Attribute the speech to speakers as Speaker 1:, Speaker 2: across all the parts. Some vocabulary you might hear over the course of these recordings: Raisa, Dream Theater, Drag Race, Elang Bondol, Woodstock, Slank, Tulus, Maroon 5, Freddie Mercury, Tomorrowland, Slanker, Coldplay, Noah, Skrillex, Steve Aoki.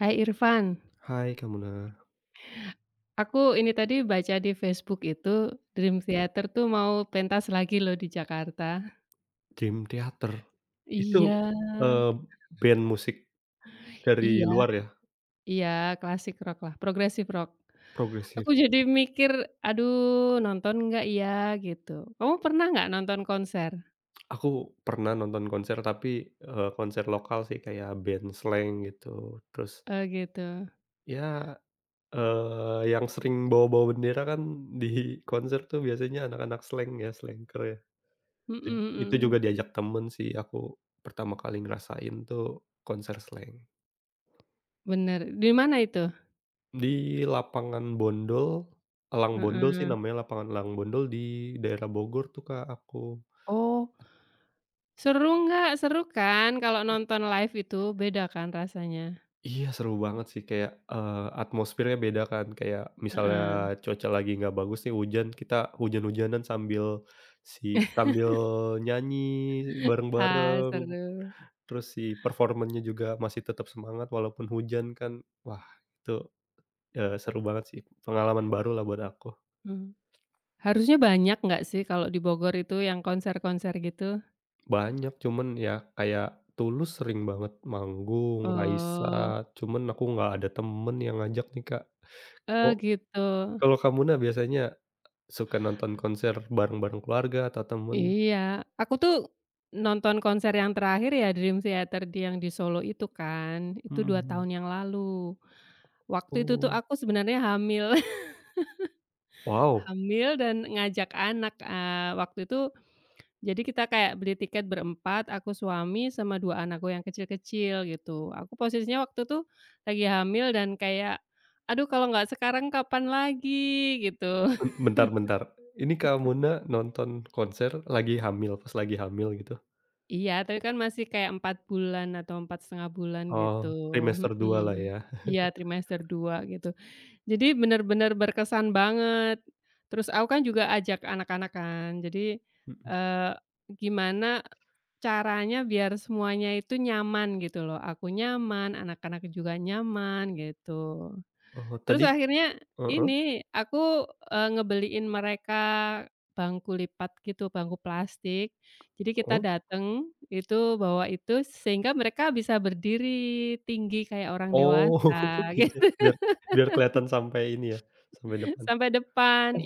Speaker 1: Hai Irfan,
Speaker 2: Hai Kamuna,
Speaker 1: aku ini tadi baca di Facebook itu Dream Theater tuh mau pentas lagi loh di Jakarta.
Speaker 2: Dream Theater. Itu,
Speaker 1: Iya,
Speaker 2: eee, band musik dari
Speaker 1: iya,
Speaker 2: luar ya?
Speaker 1: iya. Klasik rock lah, progresif rock. Aku
Speaker 2: Progresif.
Speaker 1: jadi mikir, "Aduh nonton nggak ya?" Gitu. Kamu pernah nggak nonton konser?
Speaker 2: Aku pernah nonton konser tapi, konser lokal sih kayak band Slank gitu. Terus
Speaker 1: Eh gitu,
Speaker 2: ya, yang sering bawa-bawa bendera kan di konser tuh biasanya anak-anak Slank ya, Slanker ya.
Speaker 1: mhm
Speaker 2: Itu itu
Speaker 1: mhm,
Speaker 2: juga diajak temen sih aku pertama kali ngerasain tuh konser Slank.
Speaker 1: bener. Di mana itu?
Speaker 2: Di lapangan Bondol, Elang Bondol sih
Speaker 1: Heeh.
Speaker 2: namanya, lapangan Elang Bondol di daerah Bogor tuh, Kak, aku.
Speaker 1: Oh, seru nggak? Seru kan kalau nonton live itu beda kan rasanya?
Speaker 2: Iya seru banget sih kayak, atmosfernya beda kan, kayak misalnya
Speaker 1: Heeh.
Speaker 2: cuaca lagi nggak bagus nih hujan, kita hujan-hujanan sambil sambil nyanyi
Speaker 1: Ah,
Speaker 2: bareng-bareng,
Speaker 1: seru,
Speaker 2: terus si performanya juga masih tetap semangat walaupun hujan kan. Wah itu, seru banget sih, pengalaman baru lah buat aku.
Speaker 1: mmm. Harusnya banyak nggak sih kalau di Bogor itu yang konser-konser gitu?
Speaker 2: Banyak, cuman ya kayak Tulus sering banget manggung, Raisa,
Speaker 1: Oh,
Speaker 2: cuman aku nggak ada temen yang ngajak nih, Kak.
Speaker 1: oh
Speaker 2: Kok
Speaker 1: gitu.
Speaker 2: kalau kamu nah biasanya suka nonton konser bareng-bareng keluarga atau temen?
Speaker 1: Iya, aku tuh nonton konser yang terakhir ya Dream Theater di yang di Solo itu kan, itu
Speaker 2: Mhm
Speaker 1: 2
Speaker 2: mhm.
Speaker 1: tahun yang lalu. Waktu itu tuh
Speaker 2: Oh,
Speaker 1: aku sebenarnya hamil
Speaker 2: wow,
Speaker 1: hamil dan ngajak anak, waktu itu. Jadi kita kayak beli tiket berempat, aku, suami, sama 2 anakku yang kecil-kecil gitu. Aku posisinya waktu tuh lagi hamil dan kayak, "Aduh kalau nggak sekarang kapan lagi?" gitu.
Speaker 2: bentar bentar, ini Kamuna nonton konser lagi hamil pas lagi hamil gitu?
Speaker 1: Iya, tapi kan masih kayak 4 bulan atau 4,5 bulan gitu,
Speaker 2: Oh, trimester 2 lah
Speaker 1: mhm.
Speaker 2: ya.
Speaker 1: Iya, trimester 2 gitu. Jadi benar-benar berkesan banget. Terus aku kan juga ajak anak-anak kan, jadi,
Speaker 2: Mhm.
Speaker 1: eee, gimana caranya biar semuanya itu nyaman gitu loh, aku nyaman, anak-anak juga nyaman gitu.
Speaker 2: Oh,
Speaker 1: Terus
Speaker 2: tadi.
Speaker 1: akhirnya
Speaker 2: Heeh
Speaker 1: ini aku, ngebeliin mereka bangku lipat gitu, bangku plastik. Jadi kita
Speaker 2: heeh.
Speaker 1: dateng itu bawa itu sehingga mereka bisa berdiri tinggi kayak orang
Speaker 2: Oh,
Speaker 1: dewasa
Speaker 2: iya,
Speaker 1: gitu
Speaker 2: biar biar kelihatan sampai ini ya, sampai depan.
Speaker 1: sampai depan
Speaker 2: Eh,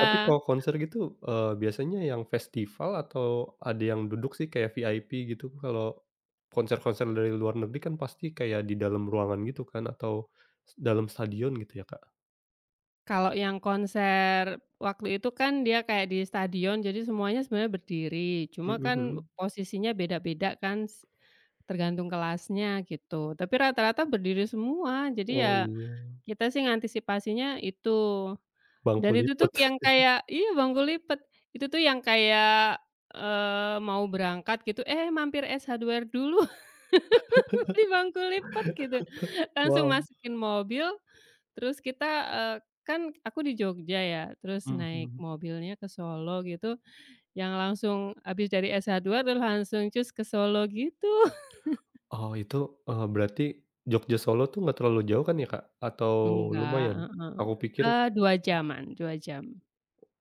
Speaker 2: tapi kalau konser gitu, biasanya yang festival atau ada yang duduk sih kayak VIP gitu? Kalau konser-konser dari luar negeri kan pasti kayak di dalam ruangan gitu kan atau dalam stadion gitu ya, Kak?
Speaker 1: Kalau yang konser waktu itu kan dia kayak di stadion, jadi semuanya sebenarnya berdiri, cuma
Speaker 2: Mhm
Speaker 1: kan
Speaker 2: mhm.
Speaker 1: posisinya beda-beda kan, tergantung kelasnya gitu, tapi rata-rata berdiri semua. Jadi
Speaker 2: Oh
Speaker 1: ya
Speaker 2: iya,
Speaker 1: kita sih ngantisipasinya itu,
Speaker 2: bangku
Speaker 1: dan itu tuh
Speaker 2: liput.
Speaker 1: yang kayak iya, bangku lipet. Itu tuh yang kayak, mau berangkat gitu, "Eh, mampir es hardware dulu, di bangku lipat," gitu. Langsung
Speaker 2: Wow.
Speaker 1: masukin mobil. Terus kita, eee, kan aku di Jogja ya, terus
Speaker 2: Mhm
Speaker 1: naik
Speaker 2: mhm.
Speaker 1: mobilnya ke Solo gitu, yang langsung habis dari S1 terus langsung cus ke Solo gitu.
Speaker 2: Oh itu, berarti Jogja Solo tuh nggak terlalu jauh kan ya, Kak? Atau
Speaker 1: Enggak,
Speaker 2: lumayan?
Speaker 1: heeh.
Speaker 2: Aku pikir
Speaker 1: 2 jaman, 2 jam.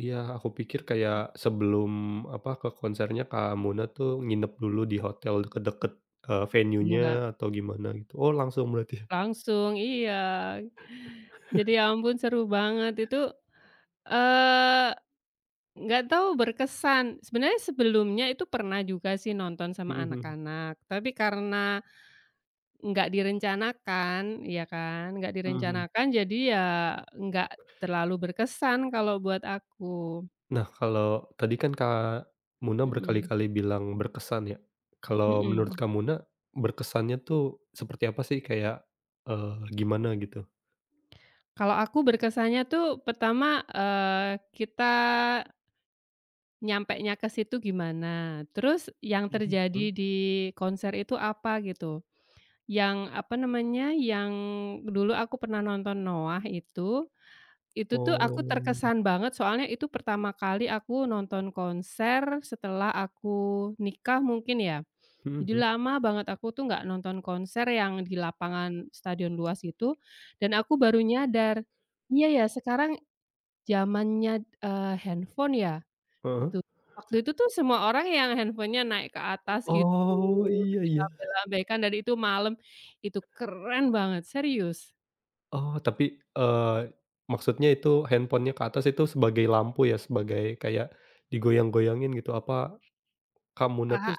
Speaker 2: iya, aku pikir kayak sebelum, apa, ke konsernya Kak Muna tuh nginep dulu di hotel deket-deket, venue-nya
Speaker 1: Enggak,
Speaker 2: atau gimana gitu. Oh langsung berarti ya?
Speaker 1: langsung iya. Jadi ya ampun seru banget itu, eee, nggak tahu berkesan. Sebenarnya sebelumnya itu pernah juga sih nonton
Speaker 2: Mhm
Speaker 1: sama
Speaker 2: mhm.
Speaker 1: anak-anak, tapi karena nggak direncanakan, ya kan, nggak
Speaker 2: Mhm mhm.
Speaker 1: direncanakan jadi ya nggak terlalu berkesan kalau buat aku,
Speaker 2: Nah kalau tadi kan Kak Muna
Speaker 1: mhm
Speaker 2: berkali-kali bilang berkesan ya. Kalau menurut
Speaker 1: mhm.
Speaker 2: Kak Muna, berkesannya tuh seperti apa sih? Kayak, eee, gimana gitu?
Speaker 1: Kalau aku berkesannya tuh pertama, kita nyampenya ke situ gimana, terus yang
Speaker 2: Mhm mhm.
Speaker 1: terjadi di konser itu apa gitu, yang apa namanya, yang dulu aku pernah nonton Noah itu. Itu tuh aku
Speaker 2: Oh.
Speaker 1: terkesan banget soalnya itu pertama kali aku nonton konser setelah aku nikah mungkin ya.
Speaker 2: Mhm
Speaker 1: Jadi
Speaker 2: mhm.
Speaker 1: lama banget aku tuh nggak nonton konser yang di lapangan stadion luas itu, dan aku baru nyadar, iya ya sekarang zamannya, handphone ya
Speaker 2: Heeh.
Speaker 1: gitu. Waktu itu tuh semua orang yang handphone-nya naik ke atas gitu,
Speaker 2: Oh,
Speaker 1: terus
Speaker 2: iya iya.
Speaker 1: dilambai-lambaikan dan itu malam, itu keren banget serius.
Speaker 2: Oh, tapi, eee, maksudnya itu handphone-nya ke atas itu sebagai lampu ya, sebagai kayak digoyang-goyangin gitu, apa kamunya tuh
Speaker 1: Aha,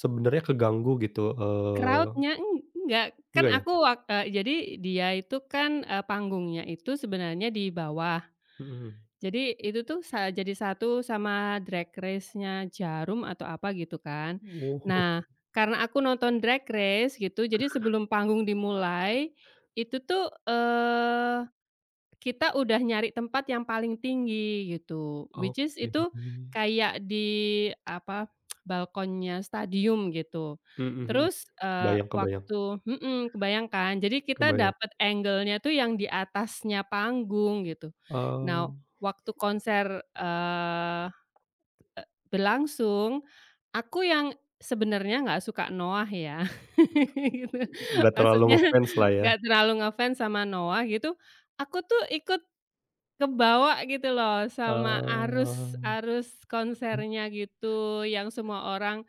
Speaker 2: sebenarnya keganggu gitu,
Speaker 1: crowd-nya enggak, kan
Speaker 2: enggak ya?
Speaker 1: aku jadi dia itu kan, panggungnya itu sebenarnya di bawah.
Speaker 2: Mhm.
Speaker 1: Jadi itu tuh jadi satu sama Drag Race-nya Jarum atau apa gitu kan.
Speaker 2: Oh,
Speaker 1: Nah, karena aku nonton Drag Race gitu, jadi sebelum panggung dimulai, itu tuh, kita udah nyari tempat yang paling tinggi gitu, which is
Speaker 2: oke.
Speaker 1: itu kayak di apa, balkonnya stadium gitu.
Speaker 2: Mhm mhm.
Speaker 1: Terus,
Speaker 2: Kebayang kebayang
Speaker 1: waktu kebayang kan? Jadi kita
Speaker 2: kebayang.
Speaker 1: dapat angle-nya tuh yang di atasnya panggung gitu.
Speaker 2: Oh,
Speaker 1: Nah, waktu konser, eee, e berlangsung, aku yang sebenarnya nggak suka Noah ya, gitu.
Speaker 2: nggak terlalu
Speaker 1: Maksudnya
Speaker 2: ngefans lah ya?
Speaker 1: nggak terlalu ngefans sama Noah gitu, aku tuh ikut kebawa gitu loh sama arus
Speaker 2: Oh,
Speaker 1: arus konsernya gitu, yang semua orang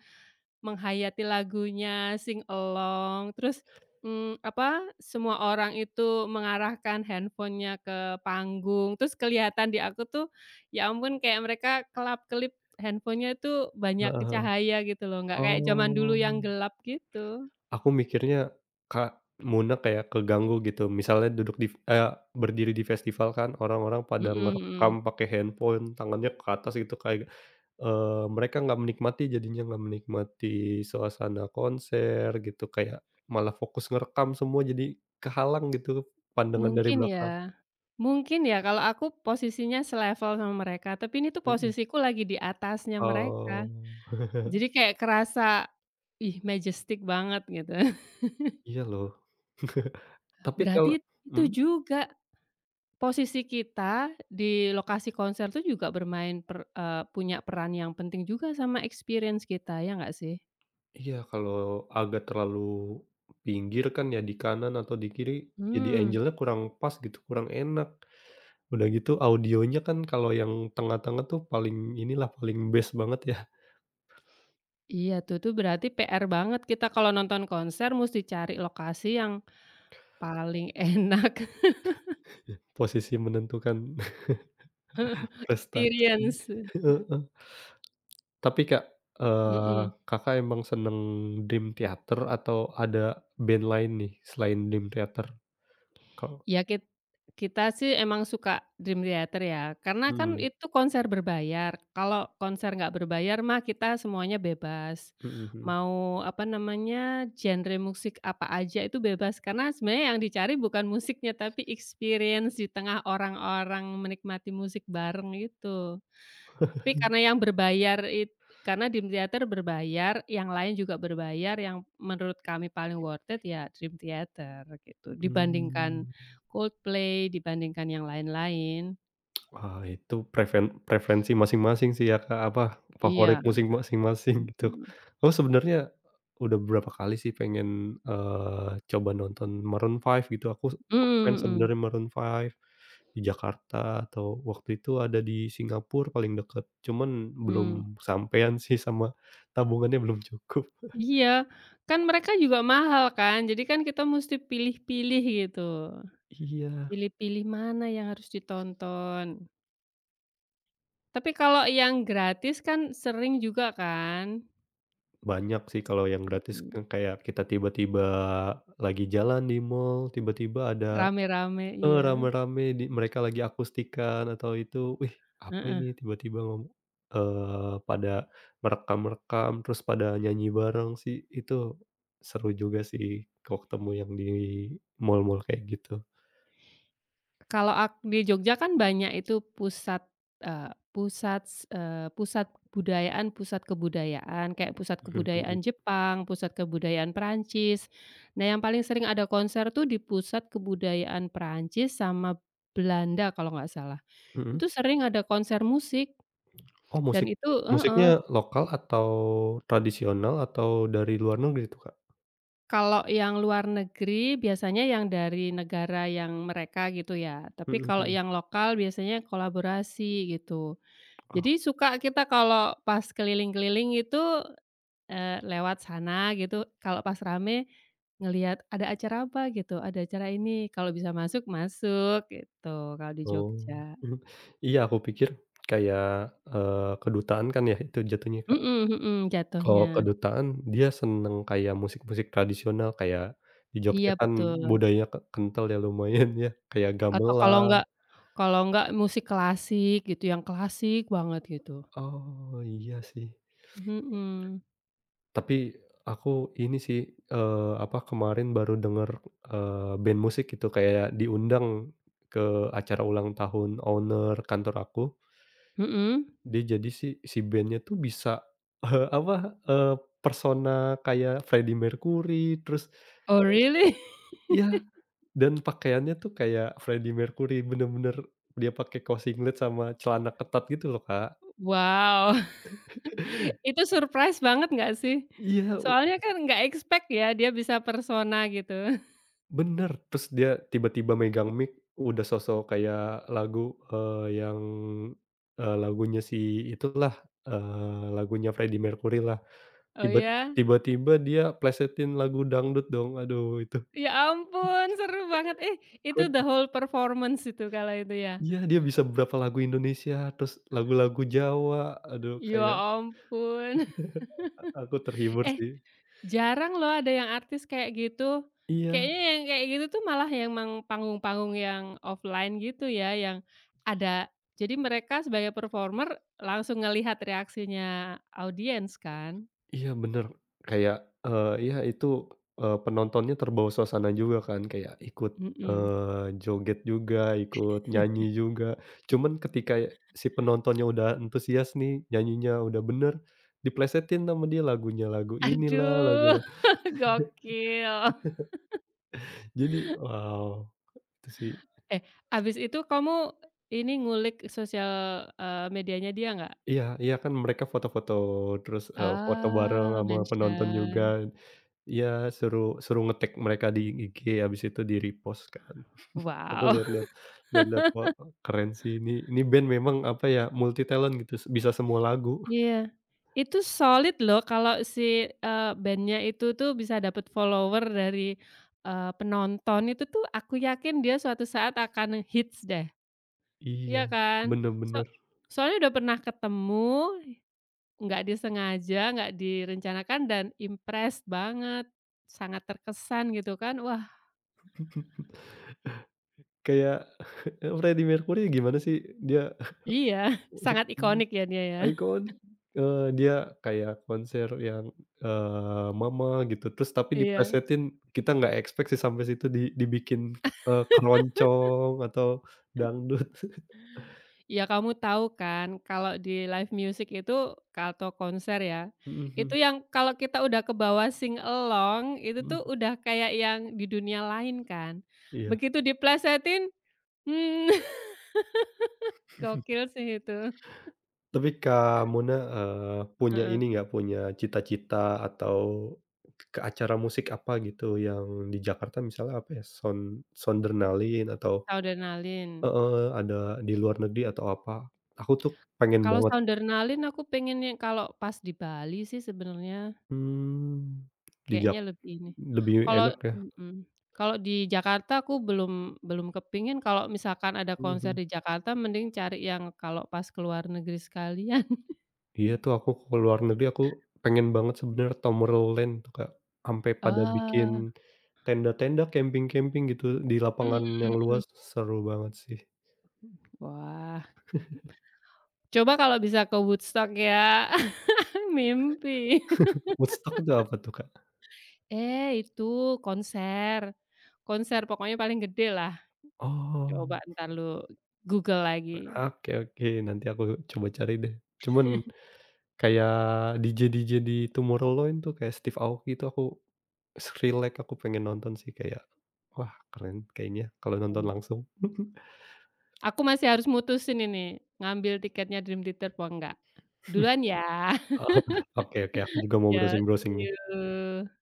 Speaker 1: menghayati lagunya, sing along, terus, apa, semua orang itu mengarahkan handphonenya ke panggung, terus kelihatan di aku tuh, ya ampun kayak mereka kelap-kelip handphonenya itu banyak
Speaker 2: heeh heeh.
Speaker 1: cahaya gitu loh, nggak kayak zaman dulu
Speaker 2: Oh.
Speaker 1: yang gelap gitu.
Speaker 2: Aku mikirnya, Kak Muna kayak keganggu gitu. Misalnya duduk di berdiri di festival kan orang-orang pada
Speaker 1: Mhm
Speaker 2: ngerekam
Speaker 1: mhm.
Speaker 2: pakai handphone, tangannya ke atas gitu kayak, mereka nggak menikmati jadinya nggak menikmati suasana konser gitu, kayak malah fokus ngerekam semua jadi kehalang gitu pandangan dari
Speaker 1: Mungkin
Speaker 2: belakang.
Speaker 1: ya. Mungkin ya kalau aku posisinya selevel sama mereka, tapi ini tuh
Speaker 2: Mhm.
Speaker 1: posisiku lagi di atasnya
Speaker 2: Oh.
Speaker 1: mereka. Jadi kayak kerasa, ih majestic banget gitu.
Speaker 2: Iya loh. Tapi kalau
Speaker 1: Berarti itu
Speaker 2: mhm?
Speaker 1: juga posisi kita di lokasi konser tuh juga punya peran yang penting juga sama experience kita, ya nggak sih?
Speaker 2: Iya, kalau agak terlalu pinggir kan ya di kanan atau di kiri, jadi
Speaker 1: Hmm.
Speaker 2: angle-nya kurang pas gitu, kurang enak. Udah gitu audionya kan kalau yang tengah-tengah tuh paling inilah, paling best banget ya,
Speaker 1: Iya tuh tuh berarti PR banget kita kalau nonton konser mesti cari lokasi yang paling enak
Speaker 2: posisi menentukan prestasi.
Speaker 1: experience.
Speaker 2: Heeh. Tapi Kak, eee,
Speaker 1: Mhm.
Speaker 2: Kakak emang seneng Dream Theater atau ada band lain nih selain Dream Theater? Kalau
Speaker 1: Ya kita sih emang suka Dream Theater ya, karena kan
Speaker 2: mhm,
Speaker 1: itu konser berbayar. Kalau konser nggak berbayar mah kita semuanya bebas.
Speaker 2: mhm mhm.
Speaker 1: Mau, apa namanya, genre musik apa aja itu bebas, karena sebenarnya yang dicari bukan musiknya, tapi experience di tengah orang-orang menikmati musik bareng gitu. Tapi karena yang berbayar karena Dream Theater berbayar, yang lain juga berbayar, yang menurut kami paling worth it ya Dream Theater gitu, dibandingkan
Speaker 2: Mmm.
Speaker 1: Coldplay, dibandingkan yang lain-lain.
Speaker 2: Wah, itu preferensi masing-masing sih ya, Kak, apa, favorit
Speaker 1: Iya,
Speaker 2: musik masing-masing gitu.
Speaker 1: mhm.
Speaker 2: Oh, sebenarnya udah beberapa kali sih pengen, coba nonton Maroon 5 gitu, aku
Speaker 1: Mhm
Speaker 2: ngefans
Speaker 1: mhm,
Speaker 2: sebenarnya Maroon 5 di Jakarta atau waktu itu ada di Singapura paling deket, cuman belum
Speaker 1: mmm.
Speaker 2: kesampean sih sama tabungannya belum cukup.
Speaker 1: Iya, kan mereka juga mahal kan, jadi kan kita musti pilih-pilih gitu,
Speaker 2: Iya,
Speaker 1: pilih-pilih mana yang harus ditonton. Tapi kalau yang gratis kan sering juga kan?
Speaker 2: banyak sih kalau yang gratis
Speaker 1: Mhm,
Speaker 2: kan kayak kita tiba-tiba lagi jalan di mall, tiba-tiba ada
Speaker 1: rame-rame, iya,
Speaker 2: Rame-rame di mereka lagi akustikan atau itu, "Wih, apa
Speaker 1: heeh.
Speaker 2: ini?" Tiba-tiba pada merekam-rekam, terus pada nyanyi bareng sih, itu seru juga sih kalau ketemu yang di mall-mall kayak gitu.
Speaker 1: Kalau di Jogja kan banyak itu pusat, eee, pusat s eee, pusat budayaan pusat kebudayaan, kayak pusat
Speaker 2: Mhm mhm.
Speaker 1: kebudayaan Jepang, pusat kebudayaan Perancis. Nah, yang paling sering ada konser tuh di pusat kebudayaan Perancis sama Belanda kalau nggak salah.
Speaker 2: Mhm.
Speaker 1: Itu sering ada konser musik
Speaker 2: Oh,
Speaker 1: dan itu
Speaker 2: musiknya
Speaker 1: heeh,
Speaker 2: lokal atau tradisional atau dari luar negeri tuh, Kak?
Speaker 1: kalau yang luar negeri biasanya yang dari negara yang mereka gitu ya, tapi
Speaker 2: Mhm
Speaker 1: kalau
Speaker 2: mhm.
Speaker 1: yang lokal biasanya kolaborasi gitu.
Speaker 2: Oh
Speaker 1: Jadi suka kita kalau pas keliling-keliling itu, lewat sana gitu, kalau pas rame ngelihat ada acara apa gitu, ada acara ini, kalau bisa masuk, masuk gitu kalau di
Speaker 2: oh,
Speaker 1: Jogja.
Speaker 2: mhm. Iya, aku pikir kayak, kedutaan kan ya itu jatuhnya, Kak?
Speaker 1: Mhm mhm,
Speaker 2: Kalau
Speaker 1: jatuhnya.
Speaker 2: kedutaan, dia seneng kayak musik-musik tradisional, kayak di Jogja
Speaker 1: Iya
Speaker 2: kan
Speaker 1: betul.
Speaker 2: budayanya kental ya lumayan ya, kayak
Speaker 1: Atau kalau
Speaker 2: gamelan.
Speaker 1: enggak musik klasik gitu, yang klasik banget gitu.
Speaker 2: Oh, iya sih.
Speaker 1: Mhm.
Speaker 2: Tapi aku ini sih, apa, kemarin baru denger, band musik gitu kayak diundang ke acara ulang tahun owner kantor aku.
Speaker 1: Mhm?
Speaker 2: Dia jadi si si band-nya tuh bisa, apa, persona kayak Freddie Mercury, terus
Speaker 1: Oh really?
Speaker 2: ya. Dan pakaiannya tuh kayak Freddie Mercury, bener-bener dia pakai kaos singlet sama celana ketat gitu loh, Kak.
Speaker 1: Wow. Itu surprise banget nggak sih?
Speaker 2: Iya, u
Speaker 1: Soalnya kan nggak expect ya dia bisa persona gitu.
Speaker 2: bener, terus dia tiba-tiba megang mic, udah sosok kayak lagu, yang, lagunya si itulah, lagunya Freddie Mercury lah,
Speaker 1: Oh
Speaker 2: tiba
Speaker 1: ya?
Speaker 2: tiba-tiba dia plesetin lagu dangdut dong, aduh itu
Speaker 1: Ya ampun seru banget. Eh, itu the
Speaker 2: kocak.
Speaker 1: whole performance itu kalau itu ya?
Speaker 2: Iya, dia bisa berapa lagu Indonesia, terus lagu-lagu Jawa, aduh
Speaker 1: Ya
Speaker 2: kayak
Speaker 1: ampun.
Speaker 2: aku terhibur
Speaker 1: Eh,
Speaker 2: sih.
Speaker 1: jarang loh ada yang artis kayak gitu.
Speaker 2: Iya.
Speaker 1: Kayaknya yang kayak gitu tuh malah yang panggung-panggung yang offline gitu ya, yang ada jadi mereka sebagai performer langsung ngelihat reaksinya audiens kan?
Speaker 2: Iya bener, kayak, iya itu, penontonnya terbawa suasana juga kan kayak ikut,
Speaker 1: Mhm.
Speaker 2: joget juga, ikut nyanyi juga. Cuman ketika si penontonnya udah antusias nih, nyanyinya udah bener, diplesetin sama dia lagunya, lagu inilah, lagu
Speaker 1: Aduh,
Speaker 2: la
Speaker 1: gokil.
Speaker 2: jadi wow, itu sih.
Speaker 1: Eh, abis itu kamu ini ngulik sosial, medianya dia nggak?
Speaker 2: Iya iya kan mereka foto-foto terus, foto bareng
Speaker 1: Ah,
Speaker 2: sama penonton juga.
Speaker 1: mention.
Speaker 2: Iya suruh suruh nge-tag mereka di IG habis itu di-repost kan. Aku
Speaker 1: Wow.
Speaker 2: lihat-lihat, wah, keren sih ini band memang apa ya, multi talent gitu, bisa semua lagu.
Speaker 1: Iya. Itu solid loh kalau si, band itu tuh bisa dapat follower dari, penonton itu tuh aku yakin dia suatu saat akan hits deh, iya
Speaker 2: Iya,
Speaker 1: kan?
Speaker 2: bener
Speaker 1: So
Speaker 2: bener.
Speaker 1: soalnya udah pernah ketemu. Nggak disengaja, nggak direncanakan dan impress banget, sangat terkesan gitu kan. Wah,
Speaker 2: Kayak eh, Freddie Mercury gimana sih dia.
Speaker 1: iya, sangat ikonik ya dia ya.
Speaker 2: Iconic, dia kayak konser yang, Mama gitu, terus tapi
Speaker 1: Iya.
Speaker 2: diplesetin kita nggak expect sih sampai situ dibikin, keroncong atau dangdut.
Speaker 1: Ya kamu tahu kan kalau di live music itu atau konser ya,
Speaker 2: Mhm
Speaker 1: itu yang kalau kita udah ke bawah sing along itu
Speaker 2: mhm
Speaker 1: tuh
Speaker 2: mhm,
Speaker 1: udah kayak yang di dunia lain kan.
Speaker 2: iya.
Speaker 1: Begitu diplesetin, hmm, gokil sih itu.
Speaker 2: Tapi Kak Muna, punya
Speaker 1: Heeh,
Speaker 2: ini nggak, punya cita-cita atau ke acara musik apa gitu yang di Jakarta misalnya apa ya, Soundernalin atau
Speaker 1: Soundernalin.
Speaker 2: heeh, ada di luar negeri atau apa? Aku tuh pengen
Speaker 1: Kalau
Speaker 2: banget
Speaker 1: Soundernalin aku pengen yang kalau pas di Bali sih sebenarnya.
Speaker 2: mmm, di Jak
Speaker 1: Kayaknya lebih ini,
Speaker 2: lebih
Speaker 1: kalau
Speaker 2: enak ya?
Speaker 1: mhm, kalau di Jakarta aku belum belum kepingin kalau misalkan ada konser
Speaker 2: Mhm.
Speaker 1: di Jakarta mending cari yang kalau pas ke luar negeri sekalian.
Speaker 2: Iya tuh aku ke luar negeri aku pengen banget sebenarnya Tomorrowland tuh Kak, sampai pada bikin
Speaker 1: Oh,
Speaker 2: tenda-tenda, camping-camping gitu di
Speaker 1: mhm
Speaker 2: lapangan yang
Speaker 1: mhm mhm.
Speaker 2: luas, seru banget sih.
Speaker 1: Wah, coba kalau bisa ke Woodstock ya, mimpi.
Speaker 2: Woodstock itu apa tuh, Kak?
Speaker 1: Eh, itu konser, konser pokoknya paling gede lah. Coba
Speaker 2: Oh,
Speaker 1: entar lu Google lagi.
Speaker 2: oke oke, nanti aku coba cari deh. Cuman kayak DJ-DJ di Tomorrowland tuh kayak Steve Aoki itu aku Skrillex aku pengen nonton sih kayak, wah keren kayaknya kalau nonton langsung.
Speaker 1: Aku masih harus mutusin ini, ngambil tiketnya Dream Theater apa enggak. Duluan ya.
Speaker 2: Oh, oke oke, aku juga mau
Speaker 1: Yeah,
Speaker 2: browsing-browsing
Speaker 1: see
Speaker 2: nih.
Speaker 1: you.